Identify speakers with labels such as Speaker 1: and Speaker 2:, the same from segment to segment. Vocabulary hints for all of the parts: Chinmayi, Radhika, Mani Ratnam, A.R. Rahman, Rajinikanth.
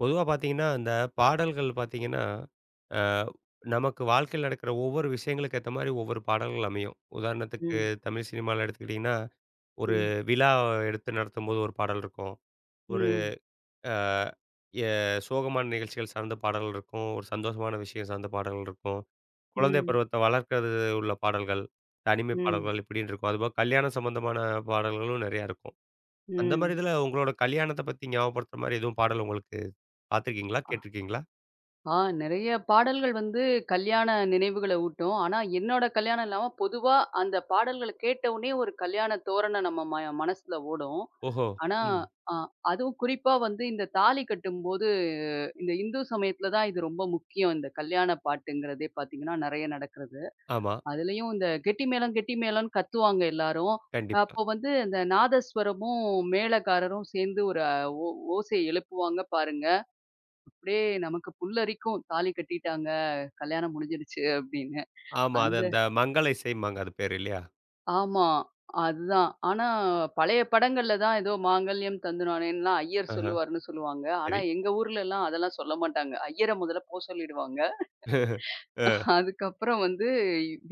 Speaker 1: பொதுவா பார்த்தீங்கன்னா, அந்த பாடல்கள் பார்த்தீங்கன்னா, அ நமக்கு வாழ்க்கையில நடக்கிற ஒவ்வொரு விஷயங்களுக்கு ஏத்த மாரி ஒவ்வொரு பாடல்கள் அமையும். உதாரணத்துக்கு
Speaker 2: ம்,
Speaker 1: தமிழ் சினிமால எடுத்துக்கிட்டிங்கன்னா, ஒரு
Speaker 2: ம்,
Speaker 1: விழா எடுத்து நடத்தும்போது ஒரு பாடல் இருக்கும். ஒரு
Speaker 2: ம்,
Speaker 1: அ எ சோகமான நிகழ்ச்சிகள் சார்ந்த பாடல்கள் இருக்கும். ஒரு சந்தோஷமான விஷயம் சார்ந்த பாடல்கள் இருக்கும். குழந்தை
Speaker 2: ம்,
Speaker 1: பருவத்த வளர்க்கறது உள்ள பாடல்கள், தனிமை
Speaker 2: ம்,
Speaker 1: பாடல்கள் இப்படின்னு இருக்கும். அதுபோக கல்யாணம் சம்பந்தமான பாடல்களும் நெறையா இருக்கும். அந்த மாரி
Speaker 2: ம்.
Speaker 1: இதுல உங்களோட கல்யாணத்த பத்தி ஞாபகப்படுத்துற மாரி எதுவும் பாடல் உங்களுக்கு பார்த்துருக்கீங்களா?
Speaker 2: அ
Speaker 1: கேட்டுருக்கீங்களா?
Speaker 2: ஆ நெறைய பாடல்கள் வந்து கல்யாண நினைவுகள ஊட்டும். ஆனா, என்னோட கல்யாணம் இல்லாம பொதுவா அந்த பாடல்கள கேட்டவுனே ஒரு கல்யாண தோரணம் நம்ம மனசுல ஓடும்.
Speaker 1: ஓஹோ!
Speaker 2: ஆனா,
Speaker 1: ம்.
Speaker 2: அ அதுவும் குறிப்பா வந்து இந்த தாலி கட்டும்போது, இந்த இந்து சமயத்துல தான் இது ரொம்ப முக்கியம். இந்த கல்யாண பாட்டுங்கிறதே பார்த்தீங்கன்னா, நெறைய நடக்கிறது.
Speaker 1: ஆமா.
Speaker 2: அதுலயும் இந்த கெட்டி மேளம், கெட்டி மேளம்ன்னு கத்துவாங்க எல்லாரும்.
Speaker 1: கண்டிப்பா.
Speaker 2: அப்போ வந்து இந்த நாதஸ்வரமும், மேளக்காரரும் சேர்ந்து ஒரு ஓசைய எழுப்புவாங்க பாருங்க. அப்படியே நமக்கு புல்லரிக்கும். "தாலி கட்டிட்டாங்க, கல்யாணம் முடிஞ்சிருச்சு" அப்படின்னு.
Speaker 1: ஆமா. அது
Speaker 2: அந்த
Speaker 1: அந்த மங்கல இசைம்பாங்க அது பேரு இல்லையா?
Speaker 2: ஆமா. அதுதான். ஆனா பழைய படங்கள்ல தான் ஏதோ மாங்கல்யம் தந்துநானேன்லாம் ஐயர்
Speaker 1: ஆஹா.
Speaker 2: சொல்லுவாருன்னு சொல்லுவாங்க. ஆனா
Speaker 1: சரி.
Speaker 2: எங்க ஊர்லலாம் அதெல்லாம் சொல்ல மாட்டாங்க. ஐயர முதல்ல போ சொல்லிடுவாங்க.
Speaker 1: அ
Speaker 2: அதுக்கப்புறம் வந்து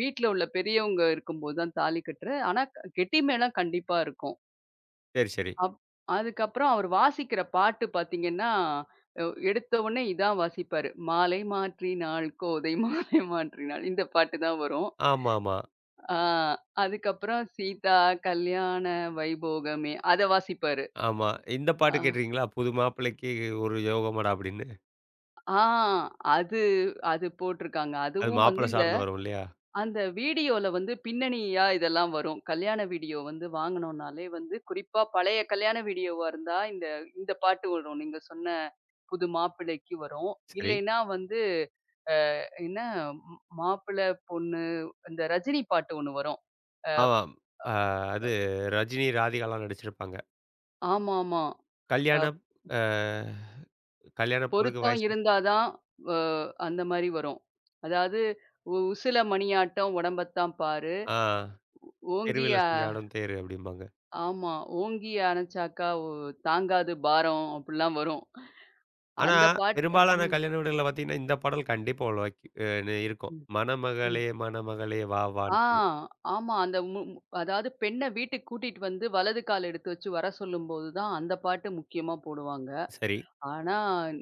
Speaker 2: வீட்ல உள்ள பெரியவங்க இருக்கும்போது தான் தாலி கட்டுற. ஆனா கெட்டிமேளம் கண்டிப்பா இருக்கும்.
Speaker 1: சரி, சரி.
Speaker 2: அப் அதுக்கப்புறம் அவர் வாசிக்கிற பாட்டு பார்த்தீங்கன்னா, அ எடுத்த உடனே இதான் வாசிப்பாரு. "மாலை மாற்றினாள் கோதை மாலை மாற்றினாள்" இந்த பாட்டு தான் வரும்.
Speaker 1: ஆமாமா.
Speaker 2: ஆ அதுக்கப்புறம் "சீதா கல்யாண வைபோகமே" அத வாசிப்பாரு.
Speaker 1: ஆமா. இந்த
Speaker 2: ஆ
Speaker 1: பாட்டு கேட்டுருக்கீங்களா? புது மாப்பிள்ளைக்கு ஒரு யோகமடா அப்படின்னு.
Speaker 2: ஆ அது அது போட்டிருக்காங்க.
Speaker 1: அது
Speaker 2: அதுவும் வந்து
Speaker 1: மாப்பிள்ளை சார்ந்து வரும் இல்லையா?
Speaker 2: அந்த வீடியோல வந்து பின்னணியா இதெல்லாம் வரும். கல்யாண வீடியோ வந்து வாங்கணும்னாலே வந்து குறிப்பா பழைய கல்யாண வீடியோவா இருந்தா இந்த இந்த பாட்டு வரும். நீங்க சொன்ன புது மாப்பிள்ளைக்கு வரும்.
Speaker 1: சரி.
Speaker 2: இல்லைன்னா வந்து என்ன மாப்பிள்ளை, பொண்ணு அந்த ரஜினி பாட்டு ஒண்ணு வரும்.
Speaker 1: ஆமாம். அ அது ரஜினி, ராதிகாலாம் நடிச்சிருப்பாங்க.
Speaker 2: ஆமாமா. அ
Speaker 1: கல்யாணம் அ கல்யாண பொண்ணுக்கு
Speaker 2: பொருத்தம்
Speaker 1: வயசு
Speaker 2: இருந்தா தான் அ அந்த மாரி வரும். அதாவது உசில மணியாட்டம் உடம்பத்தான் பாரு,
Speaker 1: ஆ
Speaker 2: ஓங்கி
Speaker 1: தெருவில செஞ்ச ஆடும் தேரு அப்படிம்பாங்க.
Speaker 2: ஆமா ஓங்கி அணைச்சாக்கா தாங்காது பாரம்" அப்படிலாம் வரும்.
Speaker 1: ஆனா,
Speaker 2: அந்த பாட்
Speaker 1: பெரும்பாலான
Speaker 2: ம்,
Speaker 1: கல்யாண வீடுகள்ல பார்த்தீங்கன்னா, இந்த பாடல் கண்டிப்பா ஒலக்கி அ நு இருக்கும்.
Speaker 2: ம், ம்.
Speaker 1: மணமகளே! மணமகளே! வா! வான்னு
Speaker 2: ஆ
Speaker 1: சொல்லி.
Speaker 2: ஆமா. அந்த மு மு அதாவது பெண்ண வீட்டுக்கு கூட்டிட்டு வந்து வலது கால் எடுத்து வச்சு வர சொல்லும்போது தான் அந்த பாட்டு முக்கியமா போடுவாங்க.
Speaker 1: சரி,
Speaker 2: ஆனா,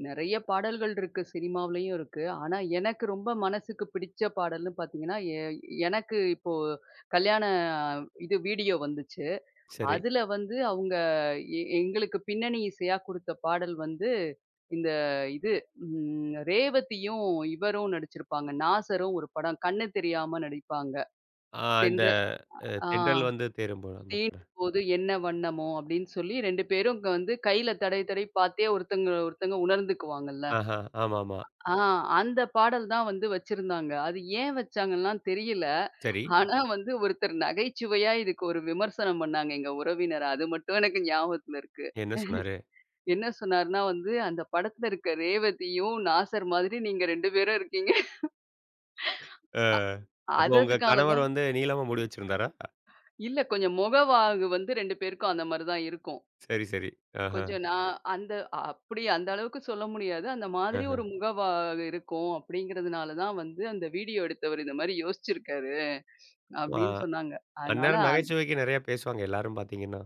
Speaker 2: நெறைய பாடல்கள் இருக்கு. சினிமாவுலயும் இருக்கு. ஆனா, எனக்கு ரொம்ப மனசுக்கு பிடிச்ச பாடல்னு பாத்தீங்கன்னா, எனக்கு இப்போ கல்யாண இது வீடியோ வந்துச்சு.
Speaker 1: சரி.
Speaker 2: அதுல வந்து அவங்க எங்களுக்கு பின்னணி இசையா குடுத்த பாடல் வந்து, இந்த இது ம் ரேவதியும், இவரும் நடிச்சிருப்பாங்க. நாசரும் ஒரு படம். கண்ணு தெரியாம நடிப்பாங்க.
Speaker 1: ஆ இந்த
Speaker 2: தென்ற
Speaker 1: அ
Speaker 2: ஆ
Speaker 1: தென்றல் வந்து தேரும்போது அந்த பாடல்.
Speaker 2: "தீண்டும்போது என்ன வண்ணமோ" அப்படின்னு சொல்லி 2 பேரும் வந்து கையில தடவி தடவி பாத்தே ஒருத்தங்க ஒருத்தங்க உணர்ந்துக்குவாங்கல்ல.
Speaker 1: ஆஹா, ஆமாமா.
Speaker 2: ஆ அந்த பாடல் தான் வந்து வச்சிருந்தாங்க. அது ஏன் வச்சாங்கன்லாம் தெரியல.
Speaker 1: சரி.
Speaker 2: ஆனா வந்து ஒருத்தர் நகைச்சுவையா இதுக்கு ஒரு விமர்சனம் பண்ணாங்க எங்க உறவினர். அது மட்டும் எனக்கு ஞாபகத்துல இருக்கு.
Speaker 1: என்ன சொன்னாரு?
Speaker 2: என்ன சொன்னாருன்னா வந்து, "அந்த படத்துல இருக்க ரேவதியும், நாசர் மாதிரி நீங்க 2 பேரும் இருக்கீங்க."
Speaker 1: ஆ.
Speaker 2: அ
Speaker 1: அப்போ
Speaker 2: அது
Speaker 1: உங்க
Speaker 2: அதுக்கான
Speaker 1: கணவர்
Speaker 2: தான்
Speaker 1: வந்து நீளமா முடி வச்சிருந்தாரா?
Speaker 2: இல்ல கொஞ்சம் முகவாகு வந்து 2 பேருக்கும் அந்த மாரி தான் இருக்கும்.
Speaker 1: சரி, சரி. ஆஹா,
Speaker 2: கொஞ்சம் நான் அந்த அப்படி அந்த அளவுக்கு சொல்ல முடியாது. அந்த மாதிரி
Speaker 1: ஆஹா.
Speaker 2: ஒரு முகவா இருக்கும் அப்படிங்கிறதுனால தான் வந்து அந்த வீடியோ எடுத்தவர் இந்த மாரி யோசிச்சிருக்காரு
Speaker 1: ஆமா.
Speaker 2: அப்படின்னு சொன்னாங்க. அதனால
Speaker 1: அந்நேரம் நகைச்சுவைக்கு நெறைய பேசுவாங்க எல்லாரும் பார்த்தீங்கன்னா.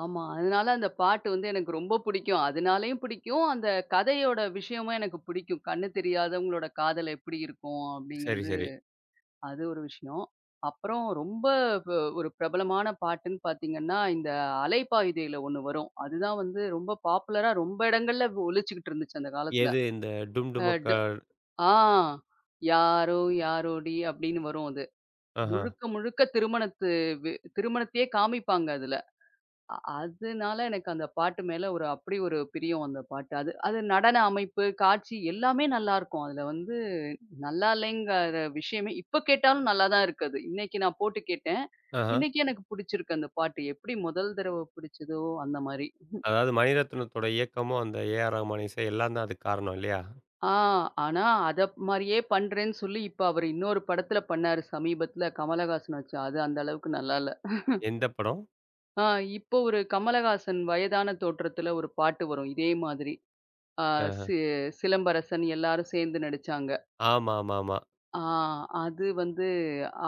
Speaker 2: ஆமா. அதனால அந்த பாட்டு வந்து எனக்கு ரொம்ப பிடிக்கும். அதனாலயும் பிடிக்கும். அந்த கதையோட விஷயமும் எனக்கு பிடிக்கும். கண்ணு தெரியாதவங்களோட காதல் எப்படி இருக்கும்
Speaker 1: சரி,
Speaker 2: அப்படிங்கிறது.
Speaker 1: சரி.
Speaker 2: அது ஒரு விஷயம். அப்புறம் ரொம்ப ப ஒரு பிரபலமான பாட்டுன்னு பார்த்தீங்கன்னா, இந்த அலைப்பாயுதேயில ஒண்ணு வரும். அதுதான் வந்து ரொம்ப பாப்புலரா ரொம்ப இடங்கள்ல ஒலிச்சுக்கிட்டு இருந்துச்சு அந்த காலத்துல.
Speaker 1: எது இந்த டும்
Speaker 2: அ
Speaker 1: டுமக்கா
Speaker 2: டு ஆ "யாரோ யாரோடி" அப்படின்னு வரும் அது.
Speaker 1: ஆஹா,
Speaker 2: முழுக்க முழுக்க திருமணத்து வி திருமணத்தையே காமிப்பாங்க அதுல. அ அதனால எனக்கு அந்த பாட்டு மேல ஒரு அப்படி ஒரு பிரியம் அந்த பாட்டு. அது அது நடன அமைப்பு, காட்சி எல்லாமே நல்லாருக்கும். அதுல வந்து நல்லா இல்லைங்கிற விஷயமே இப்ப கேட்டாலும் நல்லா தான் இருக்கு அது. இன்னைக்கு நான் போட்டு கேட்டேன்.
Speaker 1: ஆஹா.
Speaker 2: இன்னைக்கு எனக்கு பிடிச்சிருக்கு அந்த பாட்டு. எப்படி முதல் தடவ பிடிச்சதோ அந்த மாரி.
Speaker 1: அதாவது மணிரத்னத்தோட இயக்கமும், அந்த ஏ.ஆர். ரஹ்மான் இசை எல்லாம் தான் அதுக்கு காரணம் இல்லையா?
Speaker 2: ஆ ஆனா அத மாரியே பண்றேன்னு சொல்லி இப்ப அவரு இன்னொரு படத்துல பண்ணாரு சமீபத்துல கமலஹாசன் வச்சு. அது அந்த அளவுக்கு நல்லா இல்ல.
Speaker 1: எந்த படம்?
Speaker 2: ஆ இப்போ ஒரு கமலஹாசன் வயதான தோற்றத்துல ஒரு பாட்டு வரும் இதே மாதிரி. ஆ
Speaker 1: அ.
Speaker 2: சி சிலம்பரசன் எல்லாரும் சேர்ந்து நடிச்சாங்க.
Speaker 1: ஆமா, ஆமா, ஆமா.
Speaker 2: ஆ அது வந்து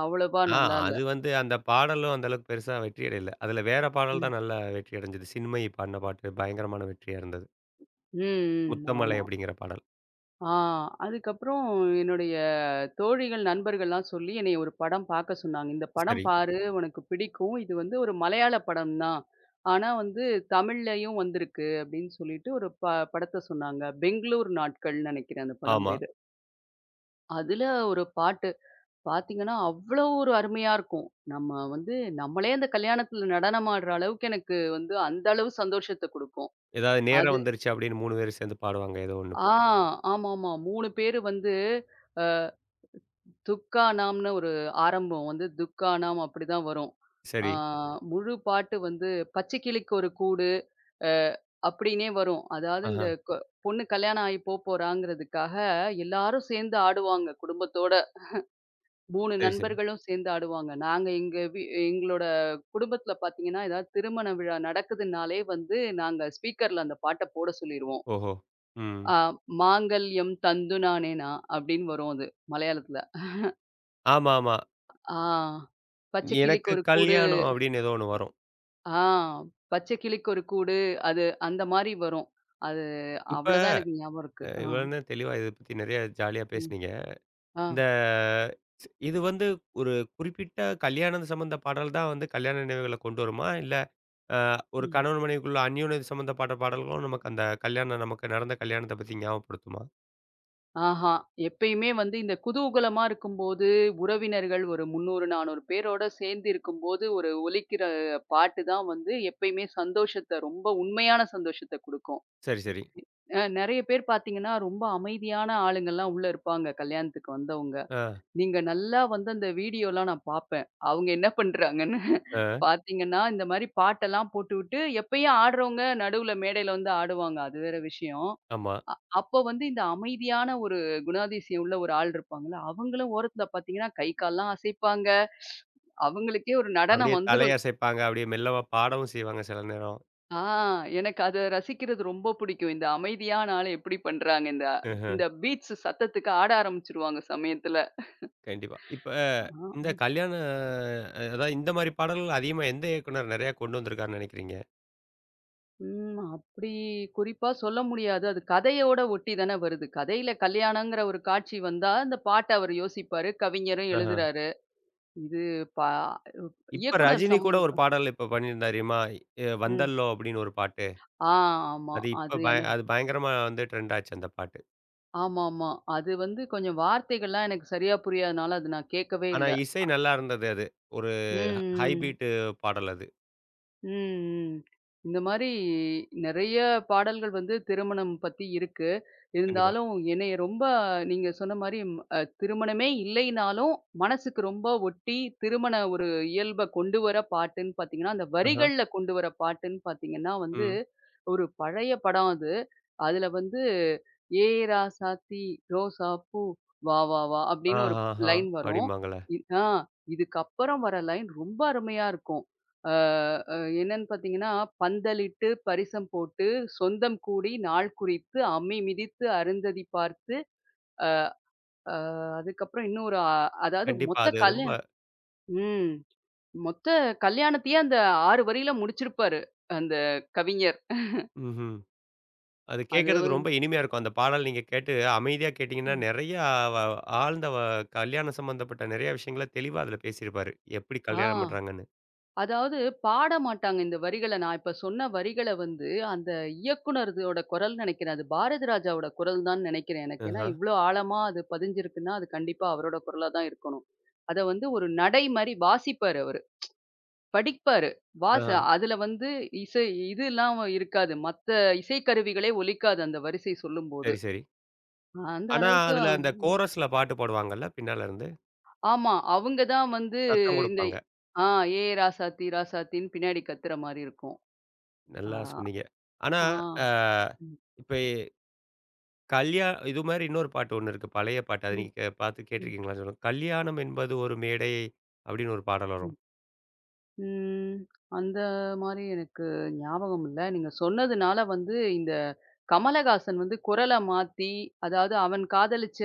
Speaker 2: அவ்வளவா
Speaker 1: ஆ
Speaker 2: நல்லா இல்ல.
Speaker 1: அது வந்து அந்த பாடலும் அந்த அளவுக்கு பெருசா வெற்றி அடையல. அதுல வேற பாடல்
Speaker 2: ம்.
Speaker 1: தான் நல்லா வெற்றி அடைஞ்சது. சின்மயி பாடுன பாட்டு பயங்கரமான வெற்றியா இருந்தது.
Speaker 2: ம், ம்.
Speaker 1: "முத்தமலை"
Speaker 2: ஆமா.
Speaker 1: அப்படிங்கிற பாடல்.
Speaker 2: ஆ அதுக்கப்புறம் என்னுடைய தோழிகள், நண்பர்கள்லாம் சொல்லி என்னைய ஒரு படம் பார்க்க சொன்னாங்க. "இந்த படம்
Speaker 1: சரி.
Speaker 2: பாரு உனக்கு பிடிக்கும். இது வந்து ஒரு மலையாள படம் தான். ஆனா வந்து தமிழ்லயும் வந்திருக்கு" அப்படின்னு சொல்லிட்டு ஒரு படத்த சொன்னாங்க. "பெங்களூர் நாட்கள்னு" நெனைக்கிறேன் அந்த படம்
Speaker 1: ஆமா.
Speaker 2: பேரு. அதுல ஒரு பாட்டு பாத்தீங்கன்னா, அவ்வளோ ஒரு அருமையா இருக்கும். நம்ம வந்து நம்மளே அந்த கல்யாணத்துல நடனம் ஆடுற அளவுக்கு எனக்கு வந்து அந்த அளவு சந்தோஷத்த குடுக்கும்.
Speaker 1: ஏதாவது "நேரம்
Speaker 2: அது
Speaker 1: வந்துருச்சு" அப்படின்னு 3 பேரும் சேர்ந்து பாடுவாங்க. ஏதோ ஒண்ணு.
Speaker 2: ஆ ஆமாமா. 3 பேரு வந்து அ துக்கானாம்னு ஒரு ஆரம்பம் வந்து துக்கானாம் அப்படிதான் வரும். ஆ
Speaker 1: சரி.
Speaker 2: முழு பாட்டு வந்து பச்சைக்கிளிக்கு ஒரு கூடு அ அப்படின்னே வரும். அதாவது
Speaker 1: ஆஹா.
Speaker 2: இந்த பொண்ணு கல்யாணம் ஆகி போறாங்கிறதுக்காக எல்லாரும் சேர்ந்து ஆடுவாங்க குடும்பத்தோட. 3
Speaker 1: சரி, சரி.
Speaker 2: நண்பர்களும் சேர்ந்து ஆடுவாங்க. நாங்க எங்க எங்களோட குடும்பத்தில பார்த்தீங்கன்னா, ஏதாவது திருமண விழா நடக்குதுன்னாலே வந்து, நாங்க ஸ்பீக்கர்ல அந்த பாட்ட போட சொல்லிருவோம்.
Speaker 1: ஓஹோ! ம்.
Speaker 2: ஆ "மாங்கல்யம் தந்து நானேனா" அப்படின்னு வரும் அது மலையாளத்தில.
Speaker 1: ஆமா, ஆமா.
Speaker 2: ஆ "பச்சை கிளிக்கு
Speaker 1: "எனக்கு
Speaker 2: ஒரு கூடு"
Speaker 1: கல்யாணம்" அப்படின்னு ஏதோ ஒண்ணு வரும்.
Speaker 2: ஆ "பச்சை கிளிக்கு ஒரு கூடு" அது அந்த மாரி வரும். அது
Speaker 1: இப்ப
Speaker 2: அவ்வளதான் எனக்கு ஞாபகம் இருக்கு. ஆ.
Speaker 1: இவ்வளவு நேரம் தெளிவா இத பத்தி நெறைய ஜாலியா
Speaker 2: ம்.
Speaker 1: பேசுனீங்க.
Speaker 2: ஆ.
Speaker 1: இந்த ஸ் இது வந்து ஒரு குறிப்பிட்ட கல்யாணம் சம்மந்த பாடல் தான் வந்து கல்யாண நினைவுகள கொண்டு வருமா? இல்ல அ ஒரு
Speaker 2: ம்.
Speaker 1: கணவன் மனைவிக்குள்ள அந்யோன்யம் சம்மந்த பட்ட பாடல்களும் நமக்கு அந்த கல்யாணம் நமக்கு நடந்த கல்யாணத்த பத்தி ஞாபகப்படுத்துமா?
Speaker 2: ஆஹா! எப்பயுமே வந்து இந்த குதூகலமா இருக்கும்போது, உறவினர்கள் ஒரு 300, 400 பேரோட சேர்ந்து இருக்கும்போது, ஒரு ஒலிக்கிற பாட்டு தான் வந்து எப்பயுமே சந்தோஷத்த ரொம்ப உண்மையான சந்தோஷத்த குடுக்கும்.
Speaker 1: சரி, சரி.
Speaker 2: நெறைய பேர் பார்த்தீங்கன்னா, ரொம்ப அமைதியான ஆளுங்கலாம் உள்ள இருப்பாங்க, கல்யாணத்துக்கு வந்தவங்க.
Speaker 1: ஆ,
Speaker 2: நீங்க நல்லா வந்து அந்த வீடியோலாம் நான் பார்ப்பேன். அவங்க என்ன பண்றாங்கன்னு.
Speaker 1: ஆ,
Speaker 2: பார்த்தீங்கன்னா, இந்த மாரி பாட்டெல்லாம் போட்டுவிட்டு, எப்பயும் ஆடுறவங்க நடுவுல மேடையில வந்து ஆடுவாங்க. அது வேற விஷயம்.
Speaker 1: ஆமா.
Speaker 2: அப்போ வந்து இந்த அமைதியான ஒரு குணாதிசயம் உள்ள ஒரு ஆள் இருப்பாங்கல்ல, அவங்களும் ஓரத்துல பாத்தீங்கன்னா, கை கால்லாம் அசைப்பாங்க. அவங்களுக்கே ஒரு நடனம்
Speaker 1: அப்படியே
Speaker 2: வந்துரும்.
Speaker 1: தலையசைப்பாங்க. அப்படியே மெல்லமா பாடவும் செய்வாங்க சில நேரம்.
Speaker 2: ஆ எனக்கு அத ரசிக்கிறது ரொம்ப பிடிக்கும். இந்த அமைதியான ஆள எப்படி பண்றாங்க? இந்த
Speaker 1: ம்ஹ்ம்.
Speaker 2: இந்த பீட்ஸ் சத்தத்துக்கு ஆட ஆரம்பிச்சுருவாங்க சமயத்துல.
Speaker 1: கண்டிப்பா. இப்ப
Speaker 2: ஆ,
Speaker 1: இந்த கல்யாண அ அதாவது இந்த மாரி பாடல்கள் அதிகமா எந்த இயக்குனர் நெறையா கொண்டு வந்திருக்காருன்னு நெனைக்கிறீங்க?
Speaker 2: ம். அப்படி குறிப்பா சொல்ல முடியாது. அது கதையோட ஒட்டி தானே வருது. கதையில கல்யாணங்கிற ஒரு காட்சி வந்தா, அந்த பாட்ட அவர் யோசிப்பாரு. கவிஞரும்
Speaker 1: ஆஹ.
Speaker 2: எழுதுறாரு. இது பா
Speaker 1: இப்ப
Speaker 2: இயக்குனர்
Speaker 1: ரஜினி கூட
Speaker 2: சம்மந்தப்ப
Speaker 1: ஒரு பாடல் இப்ப பண்ணியிருந்தாருமா?
Speaker 2: ம்.
Speaker 1: "வந்தல்லோ" அப்படின்னு ஒரு பாட்டு.
Speaker 2: ஆ, ஆமா.
Speaker 1: அது இப்ப
Speaker 2: அது
Speaker 1: பய
Speaker 2: என
Speaker 1: அது பயங்கரமா வந்து ட்ரெண்ட் ஆச்சு அந்த பாட்டு.
Speaker 2: ஆமாமா. அது வந்து கொஞ்சம் வார்த்தைகள்லாம் எனக்கு சரியா புரியாதனால, அது நான் கேட்கவே
Speaker 1: ஆனா
Speaker 2: இல்ல.
Speaker 1: இசை நல்லா இருந்தது அது. ஒரு
Speaker 2: ம்,
Speaker 1: ஹ ஹை
Speaker 2: ம்.
Speaker 1: பீட்டு பாடல் அது.
Speaker 2: ம், ம். இந்த மாரி நெறைய பாடல்கள் வந்து திருமணம் பத்தி இருக்கு.
Speaker 1: கண்டிப்பா.
Speaker 2: இருந்தாலும் என்னைய ரொம்ப நீங்க சொன்ன மாரி திருமணமே இல்லைனாலும், மனசுக்கு ரொம்ப ஒட்டி திருமண ஒரு இயல்ப கொண்டு வர பாட்டுன்னு பார்த்தீங்கன்னா, அந்த
Speaker 1: ஆஹா.
Speaker 2: வரிகள்ல கொண்டு வர பாட்டுன்னு பார்த்தீங்கன்னா வந்து,
Speaker 1: ம்.
Speaker 2: ஒரு பழைய படம் அது. அதுல வந்து, "ஏய் ராசாத்தி ரோசா பூ வா வா வா" அப்படின்னு ஒரு
Speaker 1: ஆஹாஹா!
Speaker 2: லைன் வரும்.
Speaker 1: அப்டிம்பாங்கல்ல.
Speaker 2: இ ஆ இதுக்கப்புறம் வர லைன் ரொம்ப அருமையா இருக்கும். அ அ என்னன்னு பார்த்தீங்கன்னா, பந்தலிட்டு, பரிசம் போட்டு, சொந்தம் கூடி, நாள் குறித்து, அம்மி மிதித்து, அருந்ததி பார்த்து, அ அ அதுக்கப்புறம் இன்னும் ஒரு அ அதாவது
Speaker 1: கண்டிப்பா.
Speaker 2: மொத்த
Speaker 1: அது ரொம்ப
Speaker 2: கல்யா ம். மொத்த கல்யாணத்தையே அந்த 6 வரியில முடிச்சிருப்பாரு, அந்த கவிஞர்.
Speaker 1: ம்ஹ்ம். அது
Speaker 2: அது
Speaker 1: கேட்கறதுக்கு
Speaker 2: வந்
Speaker 1: ரொம்ப இனிமையா இருக்கும். அந்த பாடல் நீங்க கேட்டு அமைதியா கேட்டீங்கன்னா,
Speaker 2: ம்.
Speaker 1: நெறையா வ ஆழ்ந்த வ கல்யாணம் சம்மந்தப்பட்ட நெறைய விஷயங்கள தெளிவா அதுல பேசியிருப்பாரு. எப்படி
Speaker 2: ஆ.
Speaker 1: கல்யாணம் பண்றாங்கன்னு.
Speaker 2: அதாவது பாட மாட்டாங்க இந்த வரிகள. நான் இப்ப சொன்ன வரிகள வந்து, அந்த இயக்குனர்தோட குரல்ன்னு நெனைக்கிறேன். அது பாரதிராஜாவோட குரல் தான்னு நெனைக்கிறேன் எனக்கு. ஏன்னா
Speaker 1: ஆஹா.
Speaker 2: இவ்ளோ ஆழமா அது பதிஞ்சிருக்குன்னா, அது கண்டிப்பா அவரோட குரலா தான் இருக்கணும். அத வந்து ஒரு நடை மாரி வாசிப்பாரு அவரு. படிப்பாரு. வாச
Speaker 1: ஆஹா.
Speaker 2: அதுல வந்து இசை இதெல்லாம் இருக்காது. மத்த இசைக்கருவிகளே ஒலிக்காது அந்த வரிசை சொல்லும்போது.
Speaker 1: சரி, சரி.
Speaker 2: அந்த
Speaker 1: ஆனா,
Speaker 2: அளவுக்கு
Speaker 1: அதுல அந்த கோரஸ்ல பாட்டு போடுவாங்கல்ல பின்னால இருந்து.
Speaker 2: ஆமா. அவங்க தான் வந்து
Speaker 1: சத்தம்
Speaker 2: இந்த
Speaker 1: குடுப்பாங்க.
Speaker 2: ஆ ஏ ராசாத்தி ராசாத்தின்னு பின்னாடி கத்துற மாரி இருக்கும். ஆ,
Speaker 1: நல்லா சொன்னீங்க. ஆனா, அ
Speaker 2: ஆ.
Speaker 1: இப்ப இது மாரி இன்னொரு பாட்டு ஒண்ணு இருக்கு. பழைய பாட்டு. அத
Speaker 2: ம்,
Speaker 1: நீங்க பார்த்து
Speaker 2: ம்,
Speaker 1: கேட்டுருக்கீங்களான்னு சொல்லுங்க. கல்யாணம் என்பது ஒரு மேடை அப்படின்னு ஒரு பாடல்
Speaker 2: ம்.
Speaker 1: வரும்.
Speaker 2: ம். அந்த மாரி எனக்கு ஞாபகம் இல்ல. நீங்க சொன்னதுனால வந்து இந்த கமலஹாசன் வந்து குரல மாத்தி, அதாவது அவன் காதலிச்ச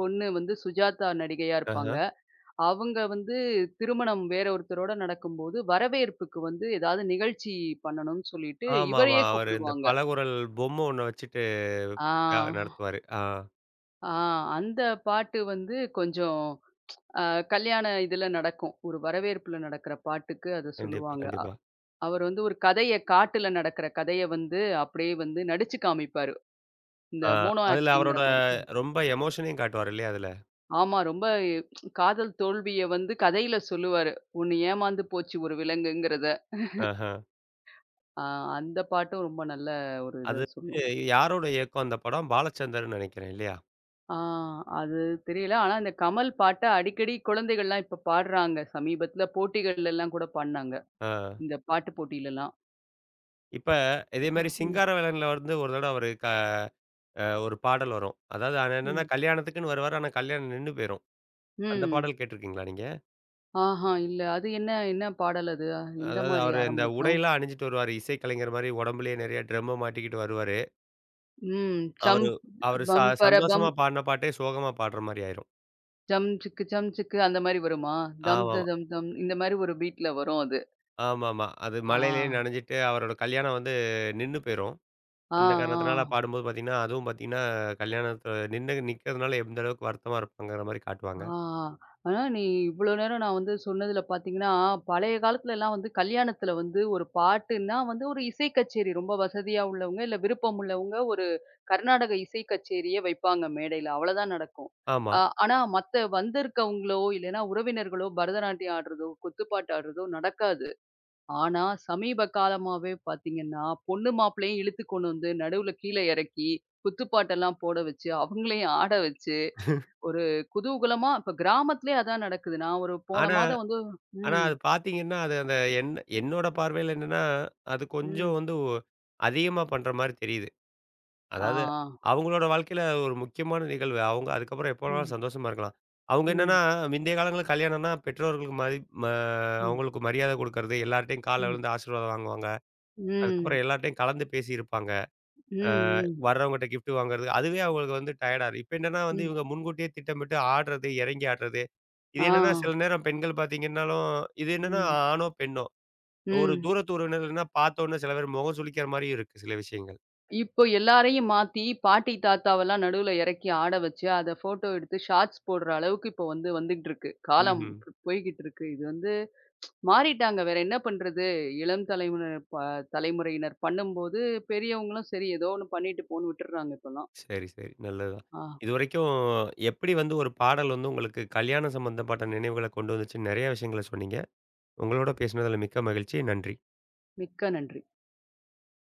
Speaker 2: பொண்ணு வந்து சுஜாதா நடிகையா இருப்பாங்க.
Speaker 1: ஆஹ.
Speaker 2: அவங்க வந்து திருமணம் வேற ஒருத்தரோட நடக்கும்போது, வரவேற்புக்கு வந்து ஏதாவது நிகழ்ச்சி பண்ணணும்னு சொல்லிட்டு
Speaker 1: ஆமாமா.
Speaker 2: இவரையே
Speaker 1: அவரு இந்த
Speaker 2: கூப்பிடுவாங்க.
Speaker 1: பலகுரல் பொம்மை ஒண்ண வச்சுட்டு
Speaker 2: ஆ,
Speaker 1: விழா நடத்துவாரு. ஆ
Speaker 2: ஆ அந்த பாட்டு வந்து கொஞ்சம் அ கல்யாண இதுல நடக்கும். ஒரு வரவேற்புல நடக்கிற பாட்டுக்கு அத
Speaker 1: கண்டிப்பா,
Speaker 2: சொல்லுவாங்க.
Speaker 1: கண்டிப்பா.
Speaker 2: அவர் வந்து ஒரு கதைய காட்டுல நடக்கிற கதைய வந்து அப்படியே வந்து நடிச்சு காமிப்பாரு. இந்த
Speaker 1: ஆ
Speaker 2: மோனோ
Speaker 1: அதுல அவரோட
Speaker 2: ஆக்டிங்கிற மாரி.
Speaker 1: ரொம்ப எமோஷனையும் காட்டுவாரு இல்லையா அதுல?
Speaker 2: ஆமா ரொம்ப காதல் தோல்விய வந்து கதையில சொல்லுவாரு. "ஒண்ணு ஏமாந்து போச்சு ஒரு விலங்குங்கிறத."
Speaker 1: ஆஹ.
Speaker 2: ஆ அந்த பாட்டும் ரொம்ப நல்ல ஒரு
Speaker 1: அது
Speaker 2: இத
Speaker 1: வந்து
Speaker 2: சொல்லும்.
Speaker 1: யாரோட இயக்கம் அந்த படம்? பாலச்சந்தர்ன்னு நெனைக்கிறேன் இல்லையா?
Speaker 2: ஆ அது தெரியல. ஆனா இந்த கமல் பாட்ட அடிக்கடி குழந்தைகள்லாம் இப்ப பாடுறாங்க. சமீபத்தில போட்டிகள்லலாம் கூட பாடுனாங்க.
Speaker 1: ஆ.
Speaker 2: இந்த பாட்டு போட்டியிலலாம்.
Speaker 1: இப்ப இதே
Speaker 2: அ
Speaker 1: மாரி
Speaker 2: ம்,
Speaker 1: சிங்காரவேலன்ல வந்து ஒரு தடவ அவரு ஒரு பாடல் வரும். அதாவது அது என்னன்னா
Speaker 2: ம்,
Speaker 1: கல்யாணத்துக்குன்னு வருவாரு. ஆனா கல்யாணம் நின்னு போயிரும். அந்த
Speaker 2: ம்.
Speaker 1: பாடல் கேட்டுருக்கீங்களா நீங்க?
Speaker 2: ஆஹா! இல்ல. அது என்ன என்ன பாடல் அது? எந்த
Speaker 1: அதாவது
Speaker 2: மாரி
Speaker 1: அவரு இந்த
Speaker 2: ஆரம்பிக்கும்?
Speaker 1: உடையெல்லாம் அணிஞ்சிட்டு வருவாரு. இசை கலைஞர் மாரி உடம்புலயே நெறைய ட்ரம்ம மாட்டிக்கிட்டு வருவாரு.
Speaker 2: ம். சம்
Speaker 1: அவரு அவரு ச
Speaker 2: பம் பர
Speaker 1: சந்தோஷமா
Speaker 2: பம்,
Speaker 1: பாடுன பாட்டே சோகமா பாடுற மாரி ஆயிரும்.
Speaker 2: ஜம் சிக்கு ஜம் சிக்கு அந்த மாரி வருமா? தம் த
Speaker 1: ஆமாமா.
Speaker 2: தம் தம் இந்த மாரி ஒரு பீட்ல வரும் அது.
Speaker 1: ஆமாமா. அது
Speaker 2: ஆ,
Speaker 1: மழையிலயே நனைஞ்சிட்டு அவரோட கல்யாணம் வந்து நின்னு போயிரும்.
Speaker 2: ஆ,
Speaker 1: அந்த
Speaker 2: ஆ,
Speaker 1: காரணத்தினால பாடும்போது பார்த்தீங்கன்னா, அதுவும் பார்த்தீங்கன்னா, கல்யாணத்துல நின்னு நிக்கிறதுனால எந்த அளவுக்கு வருத்தமா இருப்பாங்கங்கிற மாரி காட்டுவாங்க.
Speaker 2: ஆ. ஆனா இவ்ளோ நேரம் நான் வந்து சொன்னதுல பார்த்தீங்கன்னா, பழைய காலத்துலலாம் வந்து கல்யாணத்துல வந்து ஒரு பாட்டுன்னா வந்து ஒரு இசை கச்சேரி ரொம்ப வசதியா உள்ளவங்க, இல்ல விருப்பம் உள்ளவங்க ஒரு கர்நாடக இசை கச்சேரிய வைப்பாங்க மேடையில. அவ்வளதான் நடக்கும்.
Speaker 1: ஆமா.
Speaker 2: அ ஆனா மத்த வந்திருக்கவங்களோ, இல்லைன்னா உறவினர்களோ பரதநாட்டியம் ஆடுறதோ, குத்துப்பாட்டு ஆடுறதோ நடக்காது. ஆனா, சமீப காலமாவே பார்த்தீங்கன்னா, பொண்ணு மாப்பிள்ளையும் இழுத்து கொண்டு வந்து நடுவுல கீழ இறக்கி, குத்துப்பாட்டெல்லாம் போட வச்சு, அவங்களையும் ஆட வச்சு, ஒரு குதூகலமா இப்ப கிராமத்திலேயே அதான் நடக்குது. நான் ஒரு போன
Speaker 1: ஆனா
Speaker 2: மாதம் வந்து
Speaker 1: ஆனா,
Speaker 2: ம்,
Speaker 1: அது பார்த்தீங்கன்னா, அது அந்த என் என்னோட பார்வையில என்னன்னா, அது கொஞ்சம்
Speaker 2: ம்.
Speaker 1: வந்து ஒ அதிகமா பண்ற மாரி தெரியுது.
Speaker 2: ஆ.
Speaker 1: அதாவது அவங்களோட வாழ்க்கையில ஒரு முக்கியமான நிகழ்வு. அவங்க அதுக்கப்புறம் எப்ப வேணாலும்
Speaker 2: ம்,
Speaker 1: சந்தோஷமா இருக்கலாம். அவங்க என்னன்னா,
Speaker 2: ம்,
Speaker 1: முந்தைய காலங்கள்ல கல்யாணம்னா பெற்றோர்களுக்கு மதி ம
Speaker 2: ம்,
Speaker 1: அவங்களுக்கு மரியாதை குடுக்கறது, எல்லார்ட்டயும் கால்ல
Speaker 2: ம்,
Speaker 1: விழுந்து ஆசீர்வாதம் வாங்குவாங்க.
Speaker 2: ம்,
Speaker 1: அதுக்கப்புறம் எல்லார்ட்டயும் கலந்து பேசியிருப்பாங்க.
Speaker 2: ம்,
Speaker 1: அ
Speaker 2: ம்,
Speaker 1: வர்றவங்கட்ட கிஃப்ட் வாங்குறது, அதுவே அவங்களுக்கு வந்து டயர்டா இருக்கு. இப்ப என்னன்னா வந்து
Speaker 2: ம்.
Speaker 1: இவங்க முன்கூட்டியே திட்டமிட்டு ஆடுறது, இறங்கி ஆடுறது. இது
Speaker 2: ஆ.
Speaker 1: என்னன்னா சில நேரம் பெண்கள் பார்த்தீங்கன்னாலும் இது என்னன்னா
Speaker 2: ம்,
Speaker 1: ஆணோ, பெண்ணோ ஒரு
Speaker 2: ம்.
Speaker 1: தூரத்து உறவினர்கள்னா பார்த்தோன்னே சில பேர் முகம் சுளிக்கிற மாரியும் இருக்கு சில விஷயங்கள்.
Speaker 2: இப்போ எல்லாரையும் மாத்தி, பாட்டி தாத்தாவெல்லாம் நடுவுல இறக்கி ஆட வச்சு, அத ஃபோட்டோ எடுத்து ஷார்ட்ஸ் போடுற அளவுக்கு இப்போ வந்து வந்துகிட்டு இருக்கு. காலம்
Speaker 1: ம்ஹ்ம்.
Speaker 2: போய்க்கிட்டு இருக்கு. இது வந்து மாறிட்டாங்க. வேற என்ன பண்றது? இளம் தலைமுறையினர் தலைமுறையினர் பண்ணும்போது, பெரியவங்களும் சரி ஏதோ ஒண்ணு பண்ணிட்டு போன்னு விட்டுர்றாங்க இப்பல்லாம்.
Speaker 1: சரி, சரி. நல்லதுதான்.
Speaker 2: ஆ
Speaker 1: இதுவரைக்கும் எப்படி வந்து ஒரு பாடல் வந்து உங்களுக்கு கல்யாணம் சம்மந்தப்பட்ட நினைவுகள கொண்டு வந்துச்சுன்னு நெறைய விஷயங்கள சொன்னீங்க. உங்களோட பேசினதுல மிக்க மகிழ்ச்சி. நன்றி.
Speaker 2: மிக்க நன்றி.